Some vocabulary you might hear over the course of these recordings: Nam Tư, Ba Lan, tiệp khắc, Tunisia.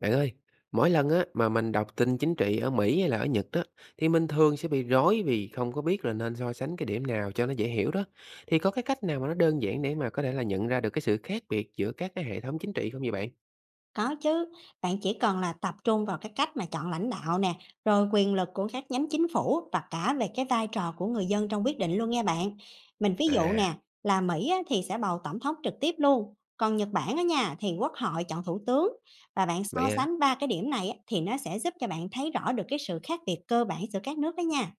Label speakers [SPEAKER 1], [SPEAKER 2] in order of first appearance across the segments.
[SPEAKER 1] Bạn ơi, mỗi lần á mà mình đọc tin chính trị ở Mỹ hay là ở Nhật đó thì mình thường sẽ bị rối vì không có biết là nên so sánh cái điểm nào cho nó dễ hiểu đó. Thì có cái cách nào mà nó đơn giản để mà có thể là nhận ra được cái sự khác biệt giữa các cái hệ thống chính trị không vậy bạn?
[SPEAKER 2] Có chứ, bạn chỉ cần là tập trung vào cái cách mà chọn lãnh đạo nè, rồi quyền lực của các nhánh chính phủ và cả về cái vai trò của người dân trong quyết định luôn nha bạn. Mình ví dụ
[SPEAKER 1] À,
[SPEAKER 2] nè, là Mỹ á, thì sẽ bầu tổng thống trực tiếp luôn, còn Nhật Bản á nha thì quốc hội chọn thủ tướng, và bạn so
[SPEAKER 1] vậy hả?
[SPEAKER 2] sánh ba cái điểm này á, thì nó sẽ giúp cho bạn thấy rõ được cái sự khác biệt cơ bản giữa các nước đó nha.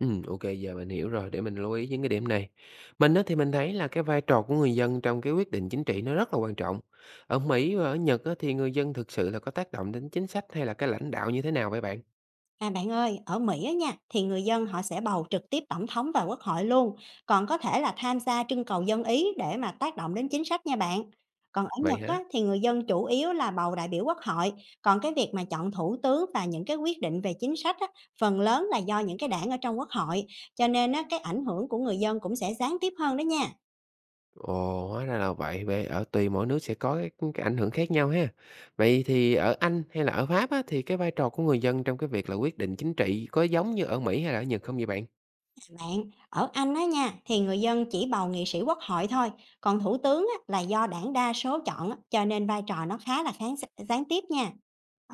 [SPEAKER 1] Ừ, ok giờ mình hiểu rồi để mình lưu ý những cái điểm này. Mình á thì mình thấy là cái vai trò của người dân trong cái quyết định chính trị nó rất là quan trọng. Ở Mỹ và ở Nhật á thì người dân thực sự là có tác động đến chính sách hay là cái lãnh đạo như thế nào vậy bạn?
[SPEAKER 2] À bạn ơi, ở Mỹ á nha, thì người dân họ sẽ bầu trực tiếp tổng thống và quốc hội luôn, còn có thể là tham gia trưng cầu dân ý để mà tác động đến chính sách nha bạn. Còn ở
[SPEAKER 1] Vậy
[SPEAKER 2] Nhật
[SPEAKER 1] hả?
[SPEAKER 2] á, thì người dân chủ yếu là bầu đại biểu quốc hội, còn cái việc mà chọn thủ tướng và những cái quyết định về chính sách á, phần lớn là do những cái đảng ở trong quốc hội, cho nên á, cái ảnh hưởng của người dân cũng sẽ gián tiếp hơn đó nha.
[SPEAKER 1] Ồ, hóa ra là vậy. Vậy ở tùy mỗi nước sẽ có cái ảnh hưởng khác nhau ha. Vậy thì ở Anh hay là ở Pháp á, thì cái vai trò của người dân trong cái việc là quyết định chính trị có giống như ở Mỹ hay là ở Nhật không vậy bạn?
[SPEAKER 2] Bạn, ở Anh á nha, thì người dân chỉ bầu nghị sĩ quốc hội thôi, còn thủ tướng á, là do đảng đa số chọn á, cho nên vai trò nó khá là kháng, gián tiếp nha.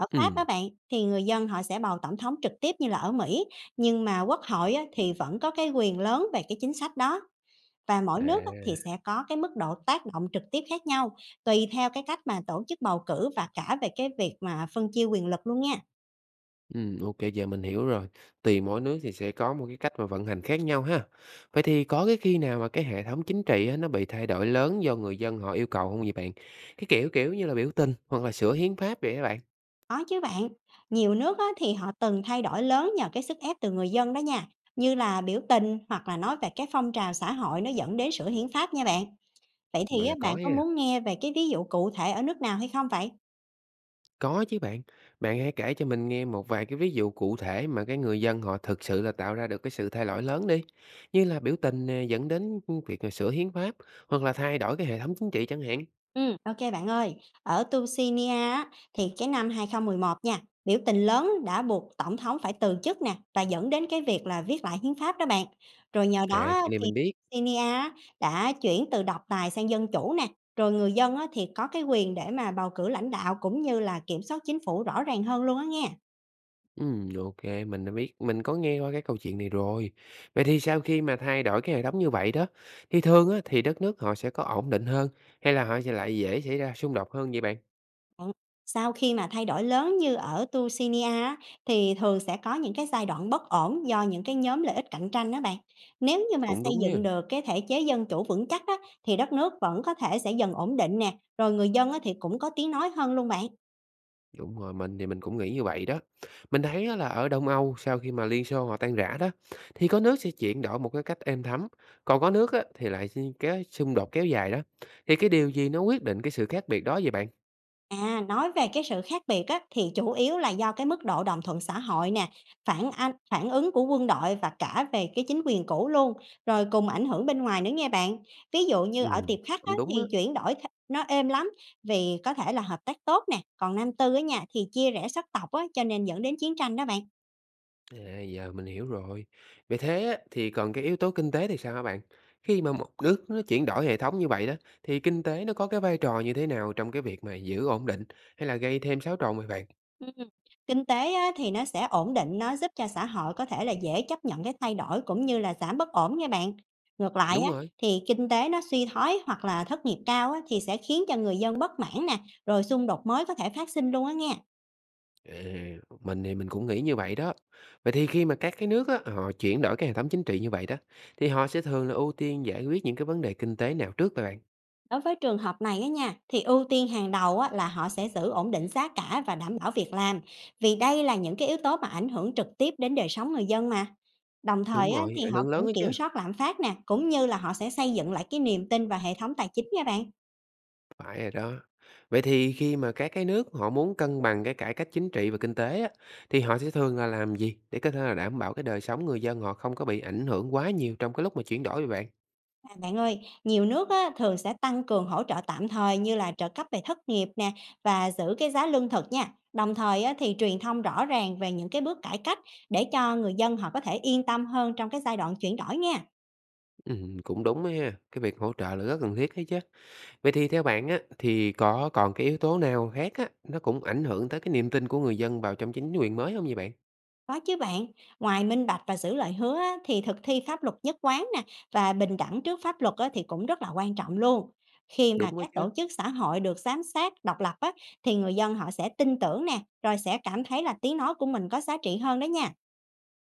[SPEAKER 2] Ở Pháp á
[SPEAKER 1] Ừm.
[SPEAKER 2] bạn, thì người dân họ sẽ bầu tổng thống trực tiếp như là ở Mỹ, nhưng mà quốc hội á, thì vẫn có cái quyền lớn về cái chính sách đó. Và mỗi nước á, thì
[SPEAKER 1] À,
[SPEAKER 2] sẽ có cái mức độ tác động trực tiếp khác nhau, tùy theo cái cách mà tổ chức bầu cử và cả về cái việc mà phân chia quyền lực luôn nha.
[SPEAKER 1] OK, giờ mình hiểu rồi. Tùy mỗi nước thì sẽ có một cái cách mà vận hành khác nhau ha. Vậy thì có cái khi nào mà cái hệ thống chính trị á, nó bị thay đổi lớn do người dân họ yêu cầu không vậy bạn? Cái kiểu kiểu như là biểu tình hoặc là sửa hiến pháp vậy các bạn?
[SPEAKER 2] Có chứ bạn, nhiều nước á, thì họ từng thay đổi lớn nhờ cái sức ép từ người dân đó nha, như là biểu tình hoặc là nói về cái phong trào xã hội nó dẫn đến sửa hiến pháp nha bạn. Vậy thì
[SPEAKER 1] Vậy
[SPEAKER 2] á,
[SPEAKER 1] là có
[SPEAKER 2] bạn có
[SPEAKER 1] ha.
[SPEAKER 2] muốn nghe về cái ví dụ cụ thể ở nước nào hay không vậy?
[SPEAKER 1] Có chứ bạn. Bạn hãy kể cho mình nghe một vài cái ví dụ cụ thể mà cái người dân họ thực sự là tạo ra được cái sự thay đổi lớn đi, như là biểu tình nè, dẫn đến việc là sửa hiến pháp hoặc là thay đổi cái hệ thống chính trị chẳng hạn.
[SPEAKER 2] Ok bạn ơi. Ở Tunisia á, thì cái năm 2011 nha, biểu tình lớn đã buộc tổng thống phải từ chức nè, và dẫn đến cái việc là viết lại hiến pháp đó bạn. Rồi nhờ đó
[SPEAKER 1] À,
[SPEAKER 2] á,
[SPEAKER 1] chuyện này
[SPEAKER 2] thì
[SPEAKER 1] mình biết.
[SPEAKER 2] Tunisia á, đã chuyển từ độc tài sang dân chủ nè, rồi người dân á, thì có cái quyền để mà bầu cử lãnh đạo cũng như là kiểm soát chính phủ rõ ràng hơn luôn á nghe.
[SPEAKER 1] OK, mình đã biết, mình có nghe qua cái câu chuyện này rồi. Vậy thì sau khi mà thay đổi cái hệ thống như vậy đó, thì thường á, thì đất nước họ sẽ có ổn định hơn hay là họ sẽ lại dễ xảy ra xung đột hơn vậy bạn?
[SPEAKER 2] Ừ. Sau khi mà thay đổi lớn như ở Tucinia á, thì thường sẽ có những cái giai đoạn bất ổn do những cái nhóm lợi ích cạnh tranh đó bạn. Nếu như mà
[SPEAKER 1] Cũng
[SPEAKER 2] xây
[SPEAKER 1] đúng ha.
[SPEAKER 2] dựng được cái thể chế dân chủ vững chắc á, thì đất nước vẫn có thể sẽ dần ổn định nè, rồi người dân á, thì cũng có tiếng nói hơn luôn bạn.
[SPEAKER 1] Đúng rồi, mình thì mình cũng nghĩ như vậy đó. Mình thấy á là ở Đông Âu sau khi mà Liên Xô họ tan rã đó, thì có nước sẽ chuyển đổi một cái cách êm thấm, còn có nước á, thì lại xi cái xung đột kéo dài đó. Thì cái điều gì nó quyết định cái sự khác biệt đó vậy bạn?
[SPEAKER 2] À, nói về cái sự khác biệt á, thì chủ yếu là do cái mức độ đồng thuận xã hội nè, phản ánh phản ứng của quân đội và cả về cái chính quyền cũ luôn, rồi cùng ảnh hưởng bên ngoài nữa nghe bạn. Ví dụ như ở
[SPEAKER 1] Ừm.
[SPEAKER 2] Tiệp Khắc á,
[SPEAKER 1] Cũng đúng á.
[SPEAKER 2] thì chuyển đổi nó êm lắm, vì có thể là hợp tác tốt nè, còn Nam Tư á nha thì chia rẽ sắc tộc á, cho nên dẫn đến chiến tranh đó bạn.
[SPEAKER 1] À, giờ mình hiểu rồi. Vậy thế á, thì còn cái yếu tố kinh tế thì sao hả bạn? Khi mà một nước nó chuyển đổi hệ thống như vậy đó, thì kinh tế nó có cái vai trò như thế nào trong cái việc mà giữ ổn định hay là gây thêm xáo trộn vậy bạn?
[SPEAKER 2] Ừm, kinh tế á, thì nó sẽ ổn định, nó giúp cho xã hội có thể là dễ chấp nhận cái thay đổi cũng như là giảm bất ổn nha bạn. Ngược lại
[SPEAKER 1] Đúng
[SPEAKER 2] á,
[SPEAKER 1] rồi.
[SPEAKER 2] thì kinh tế nó suy thoái hoặc là thất nghiệp cao á, thì sẽ khiến cho người dân bất mãn nè, rồi xung đột mới có thể phát sinh luôn á nha.
[SPEAKER 1] À, mình thì mình cũng nghĩ như vậy đó. Vậy thì khi mà các cái nước á, họ chuyển đổi cái hệ thống chính trị như vậy đó, thì họ sẽ thường là ưu tiên giải quyết những cái vấn đề kinh tế nào trước vậy bạn?
[SPEAKER 2] Đối với trường hợp này á nha, thì ưu tiên hàng đầu á, là họ sẽ giữ ổn định giá cả và đảm bảo việc làm, vì đây là những cái yếu tố mà ảnh hưởng trực tiếp đến đời sống người dân mà. Đồng
[SPEAKER 1] Đúng
[SPEAKER 2] thời á,
[SPEAKER 1] rồi,
[SPEAKER 2] thì
[SPEAKER 1] ảnh
[SPEAKER 2] họ
[SPEAKER 1] hưởng lớn
[SPEAKER 2] cũng
[SPEAKER 1] đó chứ.
[SPEAKER 2] kiểm soát lạm phát nè, cũng như là họ sẽ xây dựng lại cái niềm tin vào hệ thống tài chính nha bạn.
[SPEAKER 1] Phải rồi đó. Vậy thì khi mà các cái nước họ muốn cân bằng cái cải cách chính trị và kinh tế á, thì họ sẽ thường là làm gì để có thể là đảm bảo cái đời sống người dân họ không có bị ảnh hưởng quá nhiều trong cái lúc mà chuyển đổi vậy bạn?
[SPEAKER 2] À, bạn ơi, nhiều nước á, thường sẽ tăng cường hỗ trợ tạm thời như là trợ cấp về thất nghiệp nè và giữ cái giá lương thực nha. Đồng thời á, thì truyền thông rõ ràng về những cái bước cải cách, để cho người dân họ có thể yên tâm hơn trong cái giai đoạn chuyển đổi nha.
[SPEAKER 1] Cũng đúng á ha, cái việc hỗ trợ là rất cần thiết đấy chứ. Vậy thì theo bạn á, thì có còn cái yếu tố nào khác á, nó cũng ảnh hưởng tới cái niềm tin của người dân vào trong chính quyền mới không vậy bạn?
[SPEAKER 2] Có chứ bạn, ngoài minh bạch và giữ lời hứa á, thì thực thi pháp luật nhất quán nè và bình đẳng trước pháp luật á, thì cũng rất là quan trọng luôn. Khi mà
[SPEAKER 1] Đúng đó
[SPEAKER 2] các
[SPEAKER 1] chứ.
[SPEAKER 2] tổ chức xã hội được giám sát độc lập á, thì người dân họ sẽ tin tưởng nè, rồi sẽ cảm thấy là tiếng nói của mình có giá trị hơn đó nha.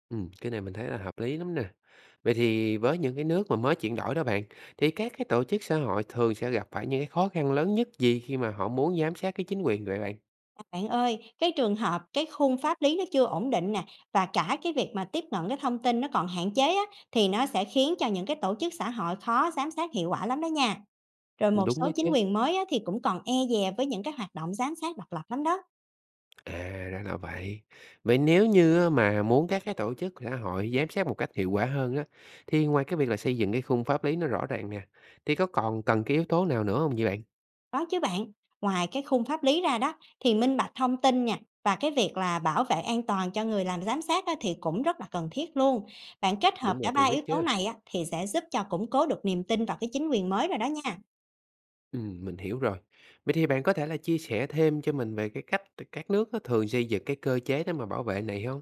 [SPEAKER 1] Ừ cái này mình thấy là hợp lý lắm nè. Vậy thì với những cái nước mà mới chuyển đổi đó bạn, thì các cái tổ chức xã hội thường sẽ gặp phải những cái khó khăn lớn nhất gì khi mà họ muốn giám sát cái chính quyền vậy bạn?
[SPEAKER 2] Bạn ơi, cái trường hợp cái khung pháp lý nó chưa ổn định nè và cả cái việc mà tiếp cận cái thông tin nó còn hạn chế á, thì nó sẽ khiến cho những cái tổ chức xã hội khó giám sát hiệu quả lắm đó nha. Rồi một
[SPEAKER 1] Đúng đó
[SPEAKER 2] số chính
[SPEAKER 1] chứ.
[SPEAKER 2] quyền mới á, thì cũng còn e dè với những cái hoạt động giám sát độc lập lắm đó.
[SPEAKER 1] À, ra là vậy. Vậy nếu như á mà muốn các cái tổ chức xã hội giám sát một cách hiệu quả hơn á, thì ngoài cái việc là xây dựng cái khung pháp lý nó rõ ràng nè, thì có còn cần cái yếu tố nào nữa không vậy bạn?
[SPEAKER 2] Đó chứ bạn, ngoài cái khung pháp lý ra đó, thì minh bạch thông tin nha và cái việc là bảo vệ an toàn cho người làm giám sát á, thì cũng rất là cần thiết luôn. Bạn kết hợp
[SPEAKER 1] Đúng
[SPEAKER 2] cả
[SPEAKER 1] rồi,
[SPEAKER 2] ba
[SPEAKER 1] cần
[SPEAKER 2] yếu
[SPEAKER 1] thiết
[SPEAKER 2] tố
[SPEAKER 1] chứ.
[SPEAKER 2] này á, thì sẽ giúp cho củng cố được niềm tin vào cái chính quyền mới rồi đó nha.
[SPEAKER 1] Mình hiểu rồi. Vậy thì bạn có thể là chia sẻ thêm cho mình về cái cách các nước á thường xây dựng cái cơ chế để mà bảo vệ này không?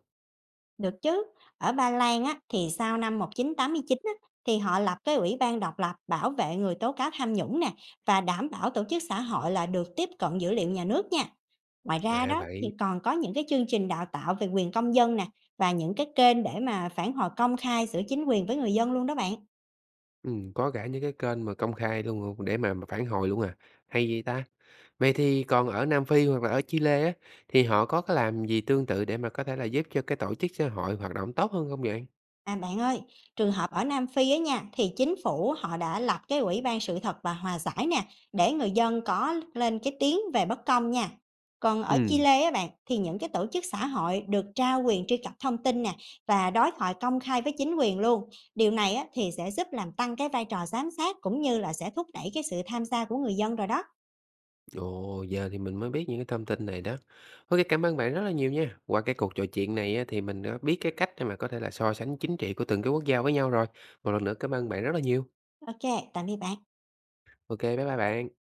[SPEAKER 2] Được chứ, ở Ba Lan á, thì sau năm 1989 á, thì họ lập cái Ủy ban độc lập bảo vệ người tố cáo tham nhũng nè và đảm bảo tổ chức xã hội là được tiếp cận dữ liệu nhà nước nha. Ngoài ra
[SPEAKER 1] À,
[SPEAKER 2] đó thì
[SPEAKER 1] vậy
[SPEAKER 2] còn có những cái chương trình đào tạo về quyền công dân nè và những cái kênh để mà phản hồi công khai giữa chính quyền với người dân luôn đó bạn.
[SPEAKER 1] có cả những cái kênh mà công khai luôn hông để mà phản hồi luôn à? Hay vậy ta! Vậy thì còn ở Nam Phi hoặc là ở Chile á, thì họ có cái làm gì tương tự để mà có thể là giúp cho cái tổ chức xã hội hoạt động tốt hơn không vậy?
[SPEAKER 2] À bạn ơi, trường hợp ở Nam Phi á nha, thì chính phủ họ đã lập cái ủy ban sự thật và hòa giải nè, để người dân có lên cái tiếng về bất công nha. Còn ở
[SPEAKER 1] Ừm.
[SPEAKER 2] Chile á bạn, thì những cái tổ chức xã hội được trao quyền truy cập thông tin nè và đối thoại công khai với chính quyền luôn. Điều này á, thì sẽ giúp làm tăng cái vai trò giám sát cũng như là sẽ thúc đẩy cái sự tham gia của người dân rồi đó.
[SPEAKER 1] Ồ, giờ thì mình mới biết những cái thông tin này đó. Ô cảm ơn bạn rất là nhiều nha. Qua cái cuộc trò chuyện này á, thì mình đã biết cái cách để mà có thể là so sánh chính trị của từng cái quốc gia với nhau rồi. Một lần nữa cảm ơn bạn rất là nhiều.
[SPEAKER 2] Ok, tạm biệt bạn.
[SPEAKER 1] Ok, bye bye bạn.